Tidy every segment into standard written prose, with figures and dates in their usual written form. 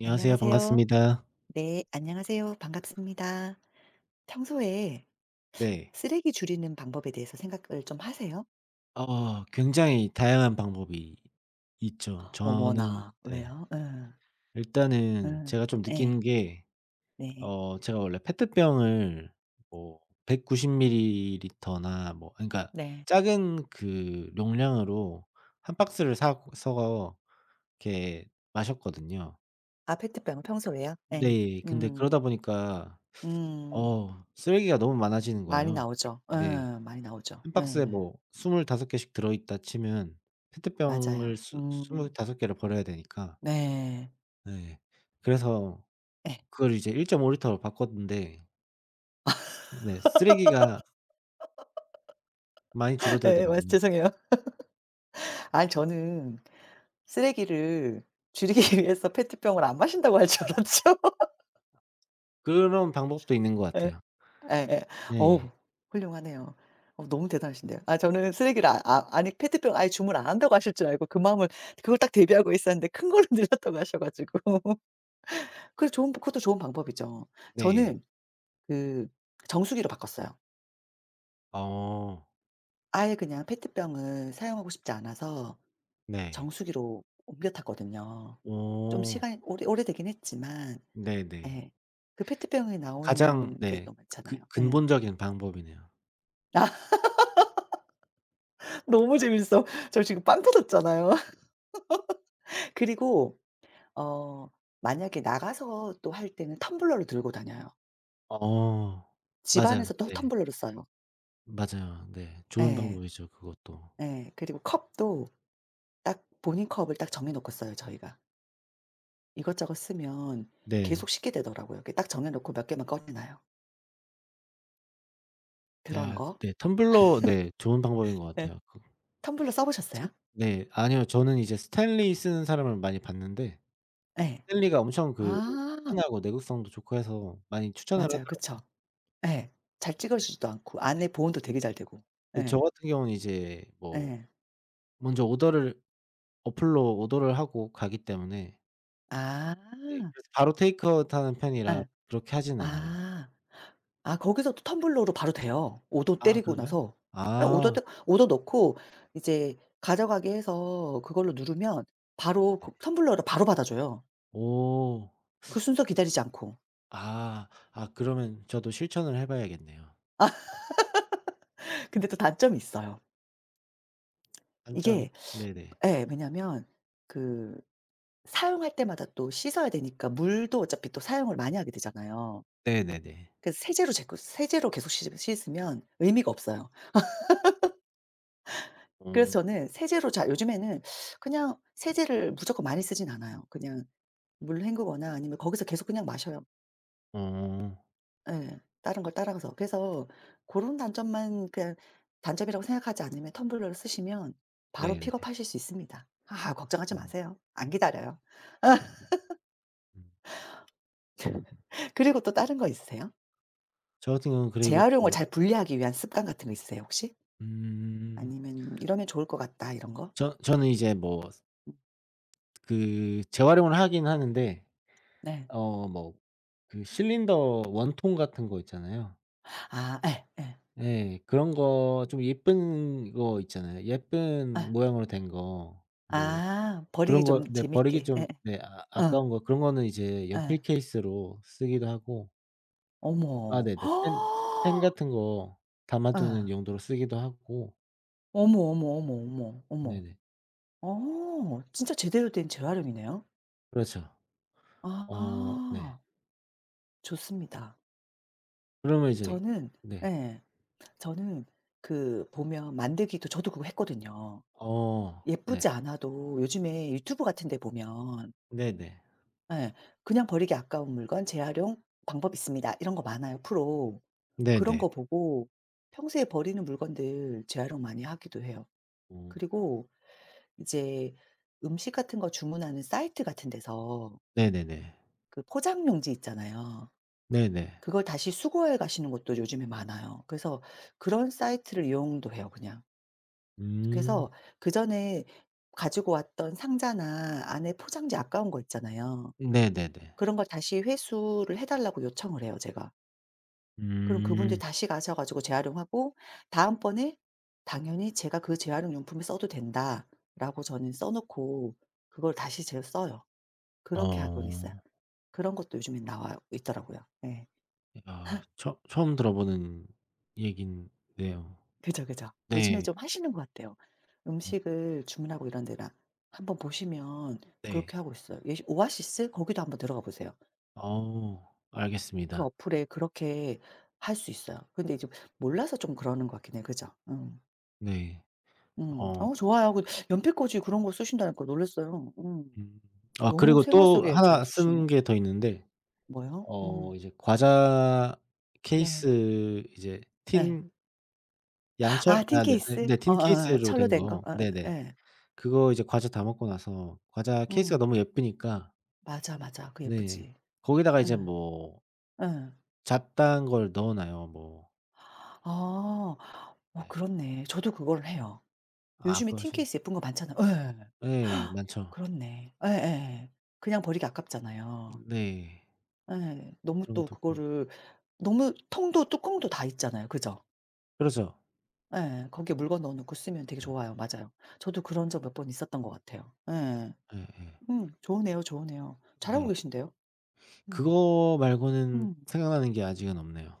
안녕하세요. 안녕하세요. 반갑습니다. 네, 안녕하세요. 반갑습니다. 평소에 네. 쓰레기 줄이는 방법에 대해서 생각을 좀 하세요? 굉장히 다양한 방법이 있죠. 저는, 어머나, 네, 왜요? 응, 일단은 응, 제가 좀 느끼는 예, 게, 네, 제가 원래 페트병을 뭐 190 밀리리터나 뭐 그러니까 네. 작은 그 용량으로 한 박스를 사 사서 이렇게 마셨거든요. 아, 페트병 평소에요? 예, 네. 근데 그러다 음, 보니까 음, 쓰레기가 너무 많아지는 많이 거예요. 나오죠. 네. 응, 많이 나오죠. 한 박스에 응, 뭐 25개씩 들어있다 치면 맞아요. 페트병을 스 25 개를 버려야 되니까. 네, 네. 그래서 예. 그걸 이제 1.5 리터로 바꿨는데 쓰 네, 쓰레기가 많이 예, 맞 줄어들더라고요. 죄송해요. 아니, 저는 쓰레기를 줄이기 위해서 페트병을 안 마신다고 할 줄 알았죠. 그런 방법도 있는 것 같아요. 예예. 어우 네. 훌륭하네요. 어 너무 대단하신데요. 아 저는 쓰레기를 아니 페트병 아예 주문 안 한다고 하실 줄 알고 그 마음을 그걸 딱 대비하고 있었는데 큰 걸로 늘렸다고 하셔 가지고. 그래 좋은 그것도 좋은 방법이죠. 네. 저는 그 정수기로 바꿨어요. 어. 아예 그냥 페트병을 사용하고 싶지 않아서 네. 정수기로 옮겨 탔거든요. 좀 어. 시간이 오래 오래되긴 했지만 네네. 예. 그 페트병에 가장, 나오는 게 네, 너무 많잖아요. 그 예. 근본적인 방법이네요. 아 너무 재밌어. 저 지금 빵 터졌잖아요. 그리고 어 만약에 나가서 또 할 때는 텀블러를 들고 다녀요. 어. 집 맞아요. 안에서 또 네. 텀블러를 써요. 맞아요. 네. 좋은 예. 방법이죠 그것도. 예. 그리고 컵도 딱 본인 컵을 딱 정해 놓고 써요, 저희가. 이것저것 쓰면 계속 네. 씻게 되더라고요. 이렇게 딱 정해 놓고 몇 개만 꺼내 놔요. 그런 야, 거. 네. 텀블러, 네, 좋은 방법인 것 예. 같아요. 그, 텀블러 써 스 보셨어요? 네. 아니요. 저는 이제 스탠리 쓰는 사람을 많이 봤는데, 예. 스탠리가 엄청 그 아. 탄탄하고 내구성도 좋고 해서 많이 추천을 맞아요. 하더라고요. 그쵸. 예. 잘 찌그러지지도 않고 안에 보온도 되게 잘 되고. 근데 저 예. 같은 경우는 이제 뭐 예. 먼저 오더를 어플로 오더를 하고 가기 때문에, 아. 네, 그래서 바로 테이크아웃 하는 편이라 예. 그렇게 하진 않아요. 아. 아 거기서 또 텀블러로 바로 돼요. 오도 아 때리고 그런가요? 나서. 예 5 도 아. 때 5 도 넣고 이제 가져가게 해서 그걸로 누르면 바로 그 텀블러로 바로 받아 줘요. 오. 그 순서 기다리지 않고. 아. 아, 그러면 저도 실천을 해 봐야겠네요. 근데 또 단점이 있어요. 단점이, 이게 네네. 예 왜냐면 그 사용할 때마다 또 씻어야 되니까 물도 어차피 또 사용을 많이 하게 되잖아요. 네네네. 그래서 세제로 계속 씻으면 의미가 없어요. 그래서 어. 저는 세제로 잘 요즘에는 그냥 세제를 무조건 많이 쓰진 않아요. 그냥 물 헹구거나 아니면 거기서 계속 그냥 마셔요. 어. 예. 다른 걸 따라가서. 그래서 고런 단점만 그냥 단점이라고 생각하지 않으면 텀블러를 쓰시면 바로 네네. 픽업하실 수 있습니다. 아 걱정하지 어, 마세요. 안 기다려요. 음. 그리고 또 다른 거 있으세요? 저 같은 경우는, 그리고 재활용을 잘 또, 분리하기 위한 습관 같은 거 있으세요 혹시? 음 아니면 '이러면 좋을 것 같다.' 이런 거? 저는 이제 뭐 그 재활용을 하긴 하는데, 네. 뭐 그 실린더, 원통 같은 거 있잖아요. 아 예 예. 예. 그런 거 좀 예쁜 거 있잖아요. 예쁜 아, 모양으로 된 거, 뭐 아 버리기 그런 거, 좀 네, 버리기 재밌게. 예예. 좀, 네, 아, 어. 아까운 거, 그런 거는 이제 연필 예. 케이스로 쓰기도 하고. 아, 어머. 네네. 펜, 같은 거 예. 담아두는 용도로 쓰기도 하고. 어머, 어머, 어머, 어머, 어머. 네네. 어 진짜 제대로 된 재활용이네요. 그렇죠. 어, 네. 아 좋습니다. 그러면 이제 저는 네. 예. 저는 그 보면 만들기도 저도 그거 했거든요. 어 네. 예쁘지 않아도 요즘에 유튜브 같은 데 보면 네네. 예. 그냥 버리기 아까운 물건 재활용 방법 있습니다. 이런 거 많아요, 프로. 그런 네네. 거 보고 평소에 버리는 물건들 재활용 많이 하기도 해요. 어 그리고 이제 음식 같은 거 주문하는 사이트 같은 데서 네네네. 그 포장용지 있잖아요. 네네. 그걸 다시 수거해 가시는 곳도 요즘에 많아요. 그래서 그런 사이트를 이용도 해요 그냥. 음. 그래서 그전에 가지고 왔던 상자나 안에 포장지 아까운 거 있잖아요. 네네네. 그런 걸 다시 회수를 해 달라고 요청을 해요 제가. 그럼 그분들이 음. 다시 가셔 가지고 재활용하고 다음번에 당연히 제가 "그 재활용 용품에 써도 된다."라고 저는 써 놓고 그걸 다시 제가 써요. 그렇게 하고는 있어요. 어. 그런 것도 요즘엔 나와 있더라고요. 예. 야, 처 처음 들어보는 얘긴데요. 그죠, 그죠. 요즘에 네. 좀 하시는 것 같아요. 어, 음식을 주문하고 이런 데나 한번 보시면 네. 그렇게 하고 있어요. 예 오아시스 거기도 한번 들어가 보세요. 어, 그 알겠습니다. 어플에 그렇게 할 수 있어요. 근데 이제 몰라서 좀 그러는 것 같긴 해요. 그죠? 음. 네. 음. 어, 어 좋아요. 그 연필꽂이 그런 거 쓰신다니까 놀랐어요. 음. 음. 아, 너무 그리고 생활 또 속에 잘 하 쓰시네. 쓰는 게 더 있는데, 뭐요? 음. 이제 과자 네. 케이스, 이제 네. 틴, 양철, 아 아, 네. 네, 틴케이스? 네, tin 어어어. 케이스로 철로 된 된 거? 거. 어어 네네. 예. 그거 이제 과자 다 먹고 나서 과자 케이스가 음. 너무 예쁘니까. 맞아, 맞아. 그 네. 예쁘지. 거기다가 이제 응, 뭐 응. 잡다한 걸 넣어 놔요 뭐. 아. 어 네. 그렇네. 저도 그걸 해요. 아, 요즘에 그거 하시는. 틴케이스 예쁜 거 많잖아요. 예. 예. 많죠. 그렇네. 예예예. 그냥 버리기 아깝잖아요. 네. 예. 너무 그런 또 것도 있고. 그거를 너무 통도 뚜껑도 다 있잖아요. 그죠? 그렇죠. 예. 거기에 물건 넣어 놓고 쓰면 되게 네. 좋아요. 맞아요. 저도 그런 적 몇 번 있었던 것 같아요. 예. 예예. 음. 좋으네요, 좋으네요. 잘하고 네. 계신데요. 음. 그거 말고는 음. 생각나는 게 아직은 없네요.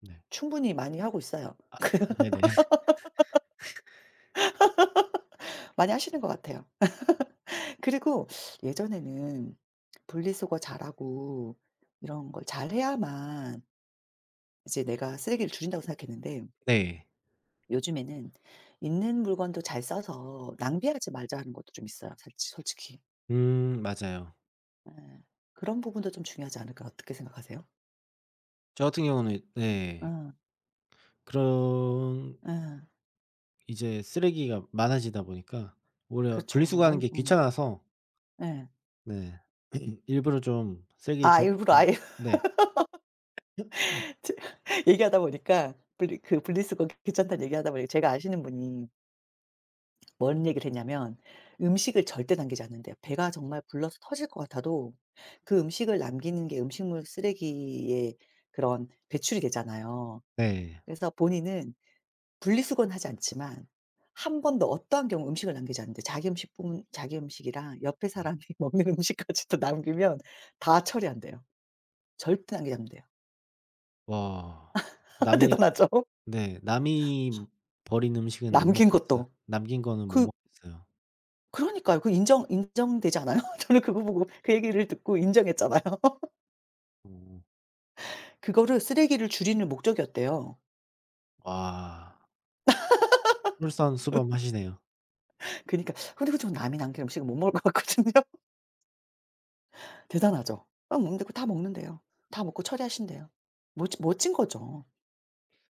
네. 충분히 많이 하고 있어요. 아, 네네. 많이 하시는 것 같아요. 그리고 예전에는 분리수거 잘하고 이런 걸 잘해야만 이제 내가 쓰레기를 줄인다고 생각했는데 네. 요즘에는 있는 물건도 잘 써서 낭비하지 말자는 것도 좀 있어요. 솔직히. 음, 맞아요. 예. 그런 부분도 좀 중요하지 않을까 어떻게 생각하세요? 저 같은 경우는, 네, 응. 그런, 응. 이제 쓰레기가 많아지다 보니까 오히려 그렇죠. 분리수거하는 너무 게 귀찮아서. 예. 네. 일부러 좀 쓰레기 아 더, 일부러 음 아예 네. 얘기하다 보니까 분리수거 괜찮다는 얘기하다 보니까 제가 아시는 분이 뭔 얘기를 했냐면 음식을 절대 남기지 않는대요. 배가 정말 불러서 터질 것 같아도 그 음식을 남기는 게 음식물 쓰레기의 그런 배출이 되잖아요. 네. 그래서 본인은 분리수거는 하지 않지만 한 번도 어떠한 경우 음식을 남기지 않는데 자기 음식뿐 자기 음식이랑 옆에 음. 사람이 먹는 음식까지도 남기면 다 처리한대요. 절대 남기지 않는대요. 와. 남의, 대단하죠? 네. 남이 버린 음식은 못 남긴 먹겠어요. 것도. 남긴 거는 못 그 먹겠어요. 그러니까요. 인정되지 않아요? 저는 그거 보고 그 얘기를 듣고 인정했잖아요. 어. 그거를 쓰레기를 줄이는 목적이었대요. 와. 솔선수범하시네요. 그니까 근데 그저 남이 남긴 음식을 못 먹을 것 같거든요. 대단하죠. 막 먹는데 그거 다 먹는대요. 다 먹고 처리하신대요. 멋 멋진 거죠.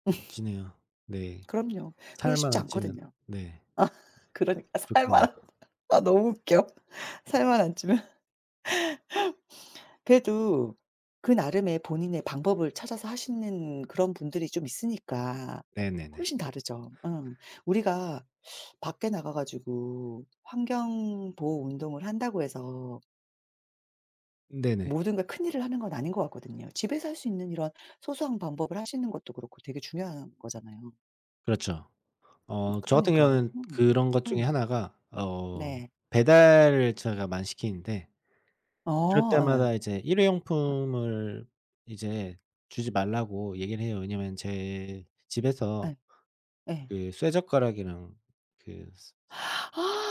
멋지네요. 네. 그럼요. 그러기 살만 쉽지 안 찌면, 않거든요. 네, 아 그러니까 살만 좋겠네요. 안- 아 너무 웃겨. 살만 안 찌면 그래도 그 나름의 본인의 방법을 찾아서 하시는 그런 분들이 좀 있으니까 네네네. 훨씬 다르죠. 응. 우리가 밖에 나가 가지고 환경 보호 운동을 한다고 해서 네네. 모든 걸 큰일을 하는 건 아닌 것 같거든요. 집에서 할 수 있는 이런 소소한 방법을 하시는 것도 그렇고 되게 중요한 거잖아요. 그렇죠. 어, 저 같은 그러니까요. 경우는 음. 그런 것 중에 음. 하나가, 네. 배달을 제가 많이 시키는데, 그럴 어. 예. 때마다 이제 어 일회용품을 이제 주지 말라고 얘기를 해요. 왜냐면 제 집에서 예. 예. 그 쇠젓가락이랑 그, 쓰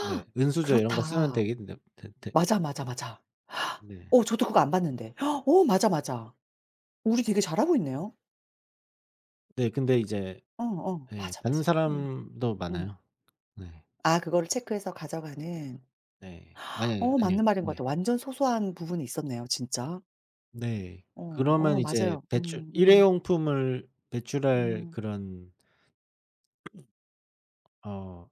네, 은수저 이런 거 쓰면 그렇다. 되기, 네, 되, 맞아, 맞아, 맞아. 네. 어 저도 그거 안 봤는데. 어 맞아, 맞아. 우리 되게 잘하고 있네요. 네 근데 이제, 어 어. 예, 맞아, 받는 맞아. 사람도 음. 많아요. 네. 아 그거를 체크해서 가져가는. 네. 아니, 아니, 어 아니요. 맞는 말인 것 네. 같아요. 완전 소소한 부분이 있었네요 진짜. 네. 어 그러면 어 이제 맞아요. 배출, 일회용품을 배출할 음. 그런, 어,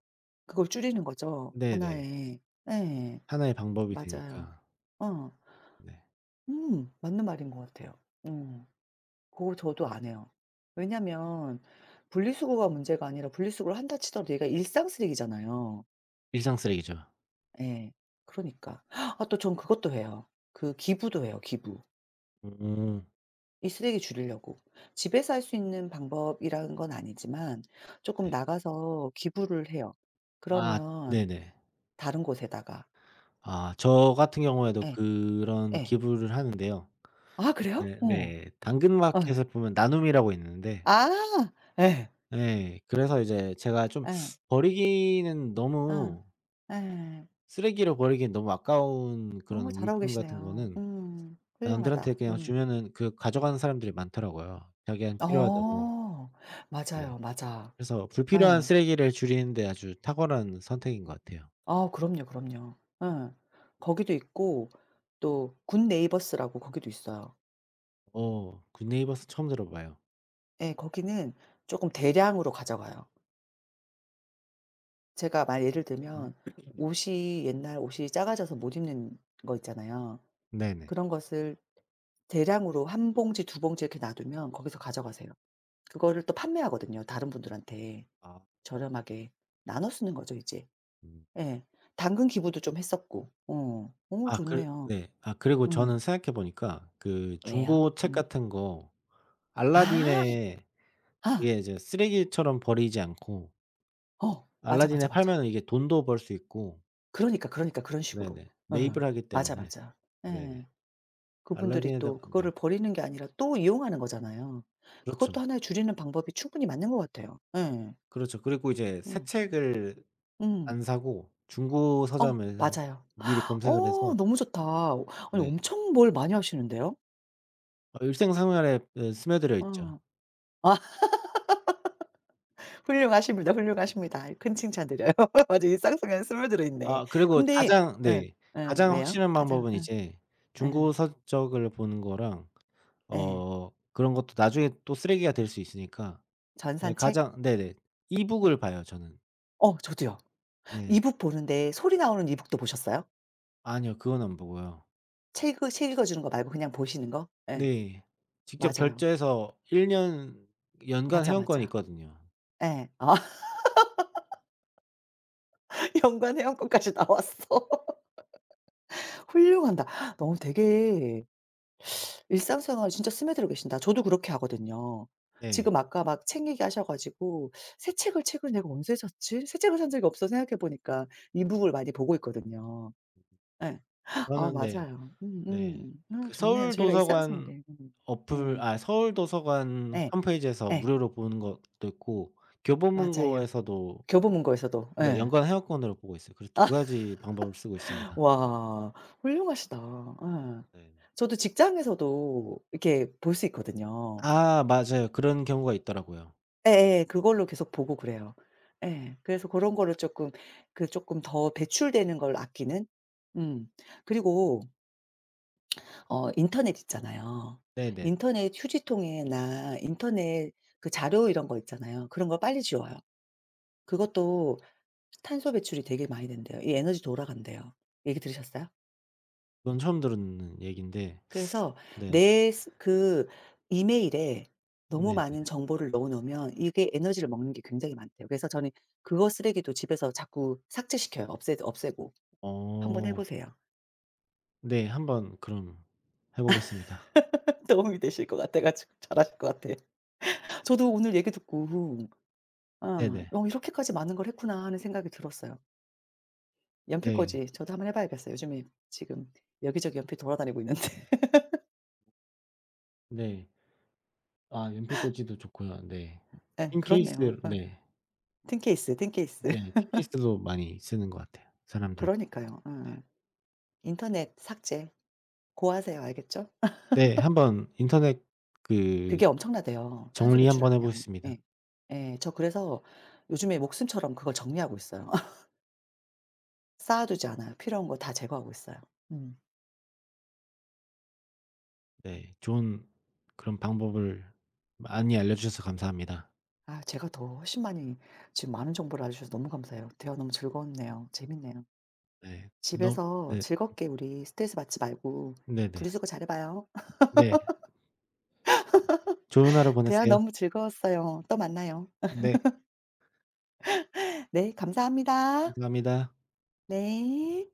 그걸 줄이는 거죠 네네. 하나에. 예. 하나의 방법이 맞아요. 되니까. 어. 네. 맞는 말인 것 같아요. 음. 그거 저도 안 해요. 왜냐면 분리수거가 문제가 아니라 분리수거를 한다 치더라도 얘가 일상 쓰레기잖아요. 일상 쓰레기죠. 예. 그러니까. 아 또 전 그것도 해요. 그 기부도 해요, 기부. 음, 이 쓰레기 줄이려고. 집에서 할 수 있는 방법이라는 건 아니지만 쪼끔 네. 나가서 기부를 해요. 아, 그러면 네네. 다른 곳에다가 아, 저 같은 경우에도 예. 그런 예. 기부를 하는데요. 아 그래요? 이제, 어. 네, 예. 당근마켓에 보면 나눔이라고 있는데, 아. 예. 예, 그래서 이제 제가 좀 예. 버리기는 어. 너무, 예. 쓰레기로 버리기엔 너무 아까운 어 그런 잘하고 물품 같은 계시네요. 거는 음. 남들한테 훌륭하다. 그냥 음. 주면은 그 가져가는 사람들이 많더라고요, 자기한테 필요하다고. 어. 네. 맞아요. 맞아. 그래서 불필요한 예. 쓰레기를 줄이는 데 아주 탁월한 선택인 것 같아요. 아 그럼요, 그럼요. 예. 거기도 있고 또 굿네이버스라고 거기도 있어요. 어, 굿네이버스 처음 들어봐요. 예 거기는 쪼끔 대량으로 가져가요. 제가 만 예를 들면 음, 옷이 옛날 옷이 작아져서 못 입는 거 있잖아요. 네네. 그런 것을 대량으로 한 봉지 두 봉지 이렇게 놔두면 거기서 가져가세요. 그거를 또 판매하거든요, 다른 분들한테. 아. 저렴하게 나눠 쓰는 거죠 이제. 음. 예. 당근 기부도 좀 했었고. 어. 어 아, 그, 좋네요. 네. 아, 그리고 저는 음. 생각해 보니까 그 왜요? 중고 책 음. 같은 거 아. 알라딘에, 아. 이게 이제 쓰레기처럼 버리지 않고 어 맞아, 맞아, 알라딘에 맞아. 팔면은 이게 돈도 벌 수 있고. 그러니까, 그러니까 그런 식으로. 네네. 매입을 어 하기 맞아, 때문에. 맞아. 네네. 예. 그분들이 알라딘에다가. 또 네. 그거를 버리는 게 아니라 또 이용하는 거잖아요. 그것도 그렇죠. 하나의 줄이는 방법이 충분히 맞는 것 같아요. 예. 그렇죠. 그리고 이제 새 음. 책을 음. 안 사고 중고 어 서점에서 맞아요. 미리 검색을 어 해서. 너무 좋다. 아니 네. 엄청 뭘 많이 하시는데요. 어, 일상생활에, 예, 스며들어 있죠. 어. 아 훌륭하십니다, 훌륭하십니다. 큰 칭찬 네네. 드려요. 아이 일상 속에 스며들어 있네. 아, 그리고 근데 가장, 예. 네, 예. 가장 왜요? 확실한 가장 방법은 예. 이제 예. 중고 서적을 보는 거랑, 예. 그런 것도 나중에 또 쓰레기가 될 수 있으니까, 네, 전산책? 가장, 네네, 이북을 봐요 저는. 어 저도요. 네. 이북 보는데 소리 나오는 이북도 보셨어요? 아니요. 그건 안 보고요. 책 읽어 주는 거 말고 그냥 보시는 거? 예. 네. 직접 맞아요. 결제해서 1년, 연간 맞아, 회원권이 맞아. 있거든요. 예. 아 연관 회원권까지 나왔어. 훌륭한다 너무 되게 일상생활 진짜 스며들어 계신다. 저도 그렇게 하거든요. 네. 지금 아까 막 책 얘기하셔 가지고 '새 책을 책을 내가 언제 샀지? 새 책을 산 적이 없어.' 생각해 보니까 이북을 많이 보고 있거든요. 예. 아 저는, 네. 맞아요. 네. 음음. 아 그 좋네요. 저희가 서울도서관 일상생활에 어플, 예. 아, 서울 도서관 예. 홈페이지에서 예. 무료로 보는 것도 있고, 맞아요. 교보문고에서도, 교보문고에서도 네, 예. 연간 회원권으로 보고 있어요. 그래서 두 가지 방법을 쓰고 있습니다. 와 훌륭하시다. 네. 예. 저도 직장에서도 이렇게 볼 수 있거든요. 아, 맞아요. 그런 경우가 있더라고요. 예예. 그걸로 계속 보고 그래요. 예. 그래서 고런 거를 쪼끔 그 쪼끔 더 배출되는 걸 아끼는? 음. 그리고 어 인터넷 있잖아요. 네네. 인터넷 휴지통에나 인터넷 그 자료 이런 거 있잖아요. 그런 거 빨리 지워요. 그것도 탄소 배출이 되게 많이 된대요. 이 에너지 돌아간대요. 얘기 들으셨어요? 그건 처음 들은 얘기인데. 그래서 네. 내 그 이메일에 너무 많은 네네. 정보를 넣어 놓으면 이게 에너지를 먹는 게 굉장히 많대요. 그래서 저는 그거 쓰레기도 집에서 자꾸 삭제시켜요. 없애 없애고. 한번 해 어, 보세요. 네. 한번 그럼 해 보겠습니다. 도움이 되실 것 같아 가지고 잘하실 것 같아. 저도 오늘 얘기 듣고 아 네네. '어 이렇게까지 많은 걸 했구나.' 하는 생각이 들었어요. 네. 연필꽂이 저도 한번 해 봐야겠어요. 요즘에 지금 여기저기 연필 돌아다니고 있는데. 네. 아, 연필꽂이도 좋고요. 네. 예 핀케이스. 그렇네요. 어 네. 틴케이스, 틴케이스. 네. 틴케이스도 많이 쓰는 것 같아요 사람들. 그러니까요. 어. 인터넷 삭제 고하세요. 알겠죠? 네. 한번 인터넷 그 그게 엄청나대요, 탄소 정리 한번 해 배출하는 양이. 보겠습니다. 예. 예. 저 그래서 요즘에 목숨처럼 그걸 정리하고 있어요. 쌓아 두지 않아요. 필요한 거 다 제거하고 있어요. 음. 네. 좋은 그런 방법을 많이 알려 주셔서 감사합니다. 아 제가 더 훨씬 많이 지금 많은 정보를 알려 주셔서 너무 감사해요. 대화 너무 즐거웠네요. 재밌네요. 네. 너무, 집에서 네. 즐겁게 우리 스트레스 받지 말고 네네. 분리수거 잘해 봐요. 네. 좋은 하루 대화 보내세요. 너무 즐거웠어요. 또 만나요. 네. 네 감사합니다. 감사합니다. 네.